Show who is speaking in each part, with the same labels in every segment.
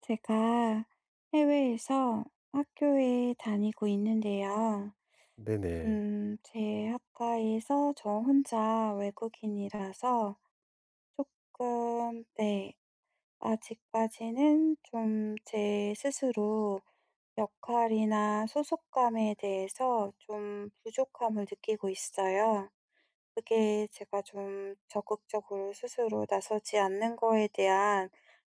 Speaker 1: 제가 해외에서 학교에 다니고 있는데요.
Speaker 2: 네네.
Speaker 1: 제 학과에서 저 혼자 외국인이라서 조금, 네, 아직까지는 좀 제 스스로 역할이나 소속감에 대해서 좀 부족함을 느끼고 있어요. 그게 제가 좀 적극적으로 스스로 나서지 않는 거에 대한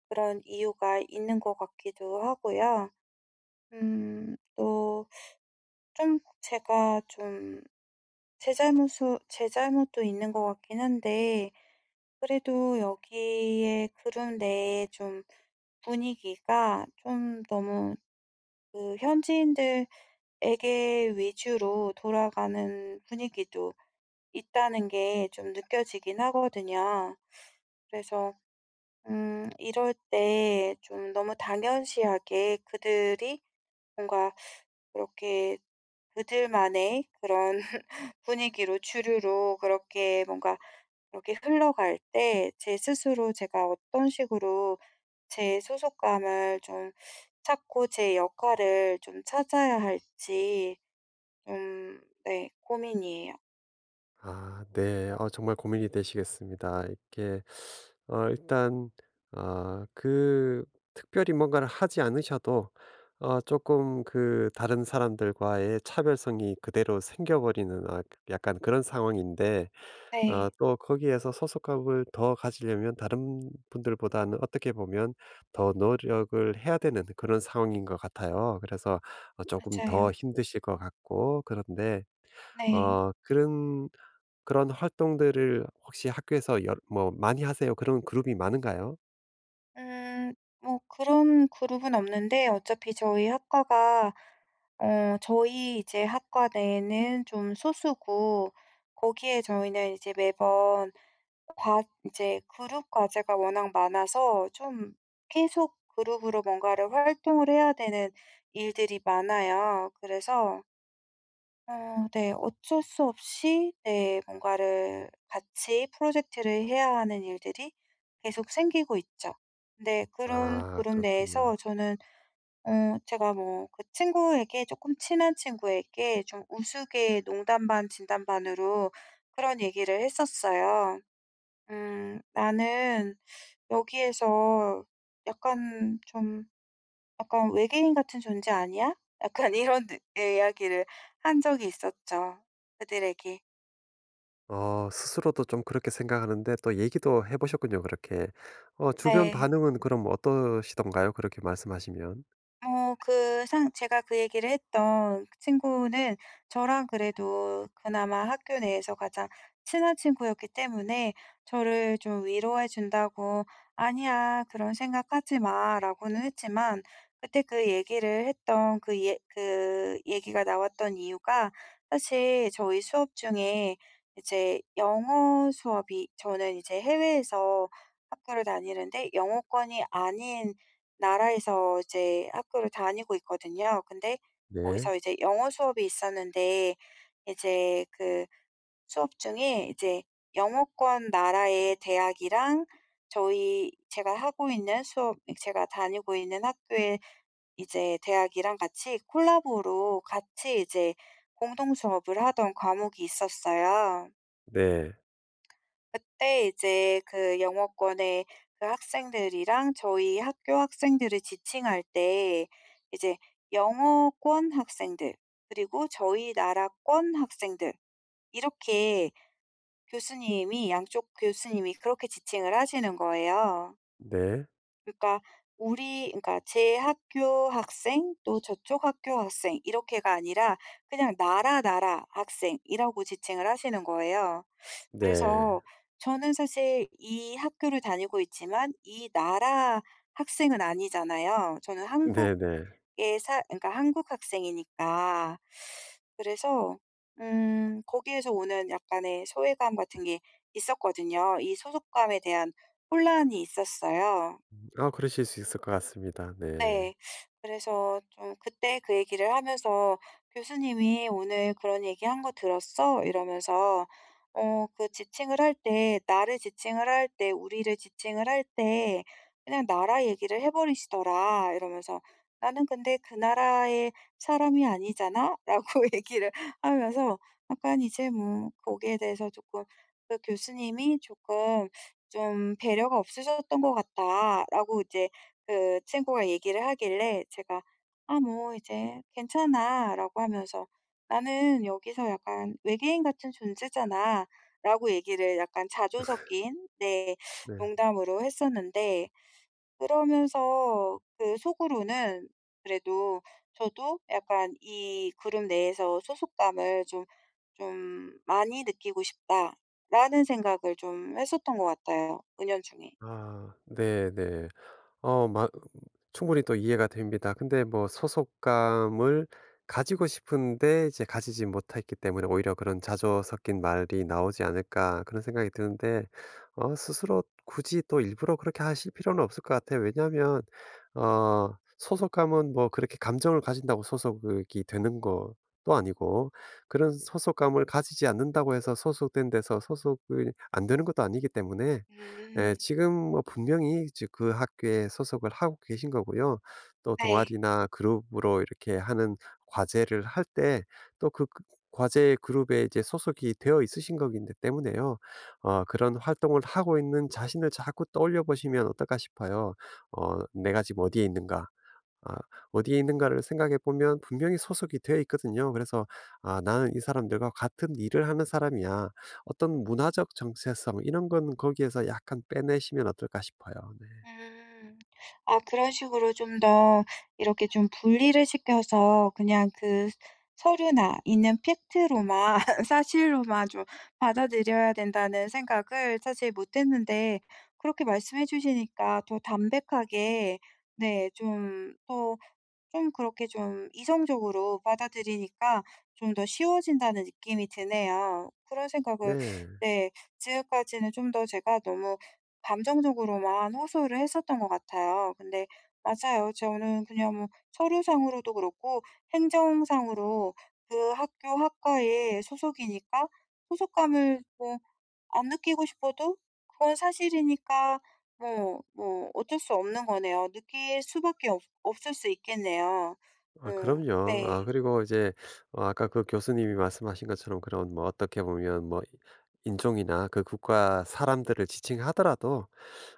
Speaker 1: 그런 이유가 있는 것 같기도 하고요. 또 좀 제가 좀 제 잘못제 잘못도 있는 것 같긴 한데 그래도 여기에 그룹 내에 좀 분위기가 좀 너무 그 현지인들에게 위주로 돌아가는 분위기도 있다는 게 좀 느껴지긴 하거든요. 그래서 이럴 때 좀 너무 당연시하게 그들이 뭔가 그렇게 그들만의 그런 분위기로 주류로 그렇게 뭔가 이렇게 흘러갈 때 제 스스로 제가 어떤 식으로 제 소속감을 좀 찾고 제 역할을 좀 찾아야 할지 좀, 네, 고민이에요.
Speaker 2: 네. 정말 고민이 되시겠습니다. 이렇게 일단 아 그 특별히 뭔가를 하지 않으셔도 조금 그 다른 사람들과의 차별성이 그대로 생겨 버리는 약간 그런 상황인데
Speaker 1: 네.
Speaker 2: 또 거기에서 소속감을 더 가지려면 다른 분들보다는 어떻게 보면 더 노력을 해야 되는 그런 상황인 것 같아요. 그래서 어금더
Speaker 1: 맞아요.
Speaker 2: 힘드실 것 같고 그런데
Speaker 1: 네.
Speaker 2: 어 그런 그런 활동들을 혹시 학교에서 뭐 많이 하세요? 그런 그룹이 많은가요?
Speaker 1: 음 뭐 그런 그룹은 없는데 어차피 저희 학과가 저희 이제 학과 내에는 좀 소수고 거기에 저희는 이제 매번 과 이제 그룹 과제가 워낙 많아서 좀 계속 그룹으로 뭔가를 활동을 해야 되는 일들이 많아요. 그래서 네, 어쩔 수 없이 네, 뭔가를 같이 프로젝트를 해야 하는 일들이 계속 생기고 있죠. 근데 그런
Speaker 2: 아
Speaker 1: 그룹
Speaker 2: 그렇군요.
Speaker 1: 내에서 저는 제가 뭐 그 친구에게, 쪼끔 친한 친구에게, 좀 우스개 농담 반 진담 반으로 그런 얘기를 했었어요. 나는 여기에서 약간 좀, 약간 외계인 같은 존재 아니야? 약간 이런 예, 이야기를 한 적이 있었죠. 그들에게.
Speaker 2: 스스로도 좀 그렇게 생각하는데 또 얘기도 해 보셨군요 그렇게. 주변
Speaker 1: 네.
Speaker 2: 반응은 그럼 어떠시던가요? 그렇게 말씀하시면?
Speaker 1: 어 그 상 제가 그 얘기를 했던 그 친구는 저랑 그래도 그나마 학교 내에서 가장 친한 친구였기 때문에 저를 좀 위로해 준다고 "아니야. 그런 생각하지 마."라고는 했지만 그때 그 얘기를 했던 그 얘기가 나왔던 이유가 사실 저희 수업 중에 이제 영어 수업이, 저는 이제 해외에서 학교를 다니는데 영어권이 아닌 나라에서 이제 학교를 다니고 있거든요. 근데
Speaker 2: 네.
Speaker 1: 거기서 이제 영어 수업이 있었는데 이제 그 수업 중에 이제 영어권 나라의 대학이랑 저희 제가 하고 있는 수업, 제가 다니고 있는 학교의 이제 대학이랑 같이 콜라보로 같이 이제 공동 수업을 하던 과목이 있었어요.
Speaker 2: 네.
Speaker 1: 그때 이제 그 영어권의 그 학생들이랑 저희 학교 학생들을 지칭할 때 이제 영어권 학생들, 그리고 저희 나라권 학생들, 이렇게 교수님이 양쪽 교수님이 그렇게 지칭을 하시는 거예요.
Speaker 2: 네.
Speaker 1: 그러니까, 우리 그러니까 제 학교 학생 또 저쪽 학교 학생 이렇게가 아니라 그냥 나라 학생이라고 지칭을 하시는 거예요.
Speaker 2: 네.
Speaker 1: 그래서 저는 사실 이 학교를 다니고 있지만 이 나라 학생은 아니잖아요. 저는 한국에
Speaker 2: 네네.
Speaker 1: 사 그러니까 한국 학생이니까. 그래서 거기에서 오는 약간의 소외감 같은 게 있었거든요. 이 소속감에 대한 혼란이 있었어요.
Speaker 2: 아 그러실 수 있을 것 같습니다. 네.
Speaker 1: 네. 그래서 좀 그때 그 얘기를 하면서 "교수님이 오늘 그런 얘기한 거 들었어?" 이러면서, 그 지칭을 할 때, 나를 지칭을 할 때, 우리를 지칭을 할 때 그냥 나라 얘기를 해 버리시더라. 이러면서 "나는 근데 그 나라의 사람이 아니잖아."라고 얘기를 하면서 약간 이제 뭐 거기에 대해서 조금 "그 교수님이 조금 좀 배려가 없으셨던 것 같다."라고 이제 그 친구가 얘기를 하길래, 제가 "아, 뭐 이제 괜찮아."라고 하면서 "나는 여기서 약간 외계인 같은 존재잖아."라고 얘기를, 약간 자조 섞인, 네,
Speaker 2: 네.
Speaker 1: 농담으로 했었는데 그러면서 그 속으로는 그래도 저도 약간 '이 그룹 내에서 소속감을 좀 많이 느끼고 싶다.'라는 생각을 좀 했었던 것 같아요, 은연중에.
Speaker 2: 네네. 어 마 충분히 또 이해가 됩니다. 근데 뭐 소속감을 가지고 싶은데 이제 가지지 못했기 때문에 오히려 그런 자조 섞인 말이 나오지 않을까 그런 생각이 드는데 스스로 굳이 또 일부러 그렇게 하실 필요는 없을 것 같아요. 왜냐하면 어 소속감은 뭐 그렇게 감정을 가진다고 소속이 되는 것도 아니고 그런 소속감을 가지지 않는다고 해서 소속된 데서 소속이 안 되는 것도 아니기 때문에 예,
Speaker 1: 음.
Speaker 2: 지금 뭐 분명히 이제 그 학교에 소속을 하고 계신 거고요. 또
Speaker 1: 네.
Speaker 2: 동아리나 그룹으로 이렇게 하는 과제를 할 때또그 그 과제 그룹에 이제 소속이 되어 있으신 거기 때문에요. 어, 그런 활동을 하고 있는 자신을 자꾸 떠올려 보시면 어떨까 싶어요. 어, 내가 지금 어디에 있는가? 아 어디에 있는가를 생각해 보면 분명히 소속이 되어 있거든요. 그래서 '아 나는 이 사람들과 같은 일을 하는 사람이야.' 어떤 문화적 정체성 이런 건 거기에서 약간 빼내시면 어떨까 싶어요. 네.
Speaker 1: 음. 아, 그런 식으로 좀 더 이렇게 좀 분리를 시켜서, 그냥 그 서류나 있는 팩트로만 사실로만 좀 받아들여야 된다는 생각을 사실 못 했는데, 그렇게 말씀해 주시니까 더 담백하게, 네좀더, 좀 그렇게 좀 이성적으로 받아들이니까 좀 더 쉬워진다는 느낌이 드네요. 그런 생각을,
Speaker 2: 네.
Speaker 1: 네, 지금까지는 좀 더 제가 너무 감정적으로만 호소를 했었던 것 같아요. 근데 맞아요. 저는 그냥 뭐 서류상으로도 그렇고 행정상으로 그 학교 학과에 소속이니까, 소속감을 뭐 안 느끼고 싶어도 그건 사실이니까 뭐 어쩔 수 없는 거네요. 느낄 수밖에 없 없을 수 있겠네요.
Speaker 2: 아 그럼요. 아
Speaker 1: 네.
Speaker 2: 그리고 이제 아까 그 교수님이 말씀하신 것처럼 그런 뭐 어떻게 보면 뭐 인종이나 그 국가 사람들을 지칭하더라도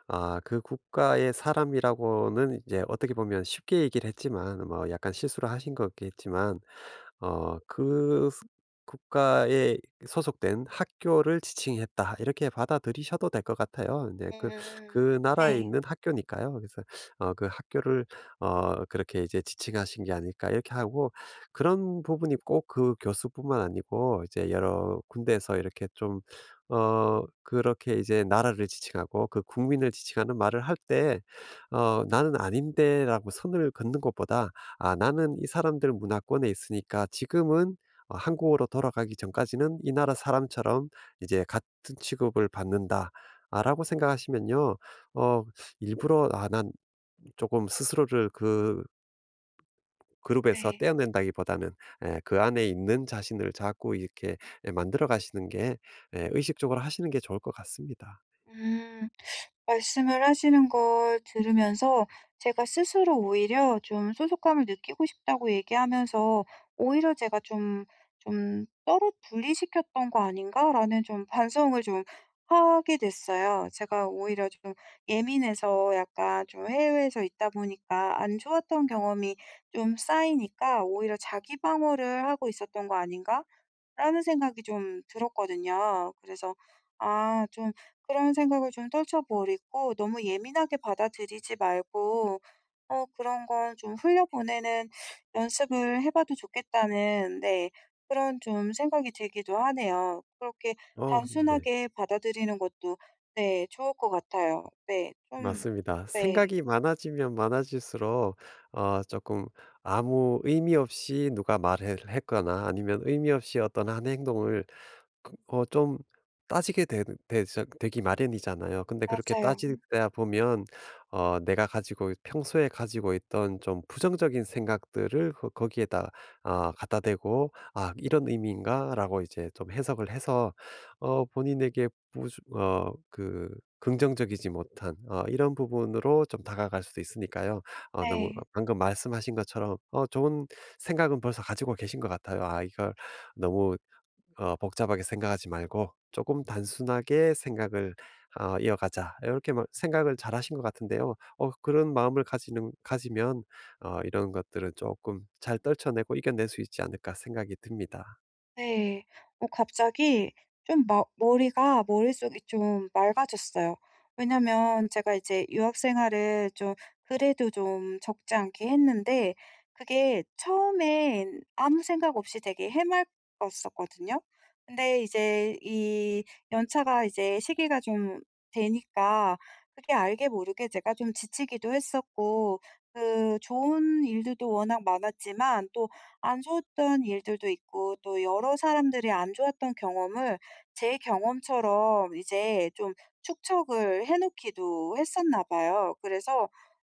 Speaker 2: 그 국가의 사람이라고는 이제 어떻게 보면 쉽게 얘기를 했지만 뭐 약간 실수를 하신 거겠지만 어 그 스 국가에 소속된 학교를 지칭했다 이렇게 받아들이셔도 될 것 같아요. 이제 그
Speaker 1: 음.
Speaker 2: 그 나라에
Speaker 1: 네.
Speaker 2: 있는 학교니까요. 그래서 그 학교를 그렇게 이제 지칭하신 게 아닐까 이렇게 하고 그런 부분이 꼭 그 교수뿐만 아니고 이제 여러 군데에서 이렇게 좀 그렇게 이제 나라를 지칭하고 그 국민을 지칭하는 말을 할 때 '나는 아닌데.'라고 선을 긋는 것보다 '아 나는 이 사람들 문화권에 있으니까 지금은 한국으로 돌아가기 전까지는 이 나라 사람처럼 이제 같은 취급을 받는다.'라고 생각하시면요. 어 일부러 '아 난 조금 스스로를 그룹에서
Speaker 1: 네.
Speaker 2: 떼어낸다기보다는 예 그 안에 있는 자신을 자꾸 이렇게 예 만들어 가시는 게 예 의식적으로 하시는 게 좋을 것 같습니다.
Speaker 1: 음. 말씀을 하시는 걸 들으면서 제가 스스로 오히려 좀 소속감을 느끼고 싶다고 얘기하면서 오히려 제가 좀 떨어 분리시켰던 거 아닌가라는 좀 반성을 좀 하게 됐어요. 제가 오히려 좀 예민해서, 약간 좀 해외에서 있다 보니까 안 좋았던 경험이 좀 쌓이니까 오히려 자기 방어를 하고 있었던 거 아닌가? 라는 생각이 좀 들었거든요. 그래서 아, 좀 그런 생각을 좀 떨쳐버리고 너무 예민하게 받아들이지 말고 그런 건 좀 흘려보내는 연습을 해 봐도 좋겠다는, 네, 그런 좀 생각이 들기도 하네요. 그렇게
Speaker 2: 네.
Speaker 1: 단순하게 받아들이는 것도, 네, 좋을 것 같아요. 네. 좀.
Speaker 2: 맞습니다.
Speaker 1: 네.
Speaker 2: 생각이 많아지면 많아질수록 어금 아무 의미 없이 누가 말을 했거나 아니면 의미 없이 어떤 한 행동을 그 어 좀 따지게 되 되 되기 마련이잖아요. 근데 그렇게
Speaker 1: 맞아요.
Speaker 2: 따지다 보면 내가 가지고 평소에 가지고 있던 좀 부정적인 생각들을 거 거기에다 갖다 대고 '아 이런 의미인가?'라고 이제 좀 해석을 해서 어 본인에게 부주 어 그 긍정적이지 못한 이런 부분으로 좀 다가갈 수도 있으니까요. 너무
Speaker 1: 네.
Speaker 2: 방금 말씀하신 것처럼 좋은 생각은 벌써 가지고 계신 것 같아요. 아 이걸 너무 복잡하게 생각하지 말고 조금 단순하게 생각을 어, 이어가자. 이렇게 생각을 잘하신 것 같은데요. 그런 마음을 가지는 가지면 이런 것들은 조금 잘 떨쳐내고 이겨낼 수 있지 않을까 생각이 듭니다.
Speaker 1: 네. 갑자기 좀 머리가 머릿속이 좀 맑아졌어요. 왜냐면 제가 이제 유학 생활을 좀 그래도 좀 적지 않게 했는데 그게 처음엔 아무 생각 없이 되게 해맑았었거든요. 근데 이제 이 연차가 이제 시기가 좀 되니까 그게 알게 모르게 제가 좀 지치기도 했었고 그 좋은 일들도 워낙 많았지만 또 안 좋았던 일들도 있고 또 여러 사람들이 안 좋았던 경험을 제 경험처럼 이제 좀 축적을 해 놓기도 했었나 봐요. 그래서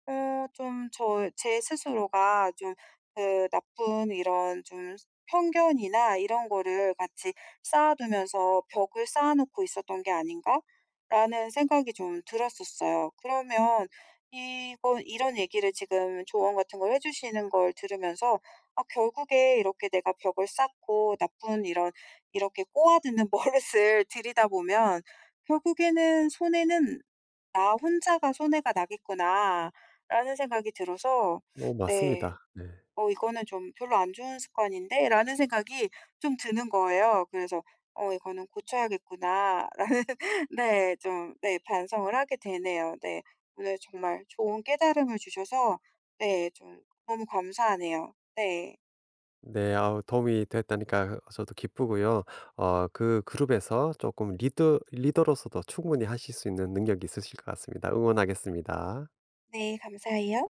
Speaker 1: 좀 제 스스로가 좀 그 나쁜 이런 좀 편견이나 이런 거를 같이 쌓아 두면서 '벽을 쌓아 놓고 있었던 게 아닌가?'라는 생각이 좀 들었었어요. 그러면 이거 이런 얘기를 지금 조언 같은 걸 해 주시는 걸 들으면서 '아, 결국에 이렇게 내가 벽을 쌓고 나쁜 이런 이렇게 꼬아드는 버릇을 들이다 보면 결국에는 손해는 나 혼자가 손해가 나겠구나.'라는 생각이 들어서, 네.
Speaker 2: 맞습니다. 네.
Speaker 1: '어 이거는 좀 별로 안 좋은 습관인데.'라는 생각이 좀 드는 거예요. 그래서 '어 이거는 고쳐야겠구나.'라는 네, 좀, 네, 반성을 하게 되네요. 네. 오늘 정말 좋은 깨달음을 주셔서, 네, 좀 너무 감사하네요. 네.
Speaker 2: 네 아우 도움이 됐다니까 저도 기쁘고요. 그 그룹에서 조금 리더 리더로서도 충분히 하실 수 있는 능력이 있으실 것 같습니다. 응원하겠습니다.
Speaker 1: 네, 감사해요.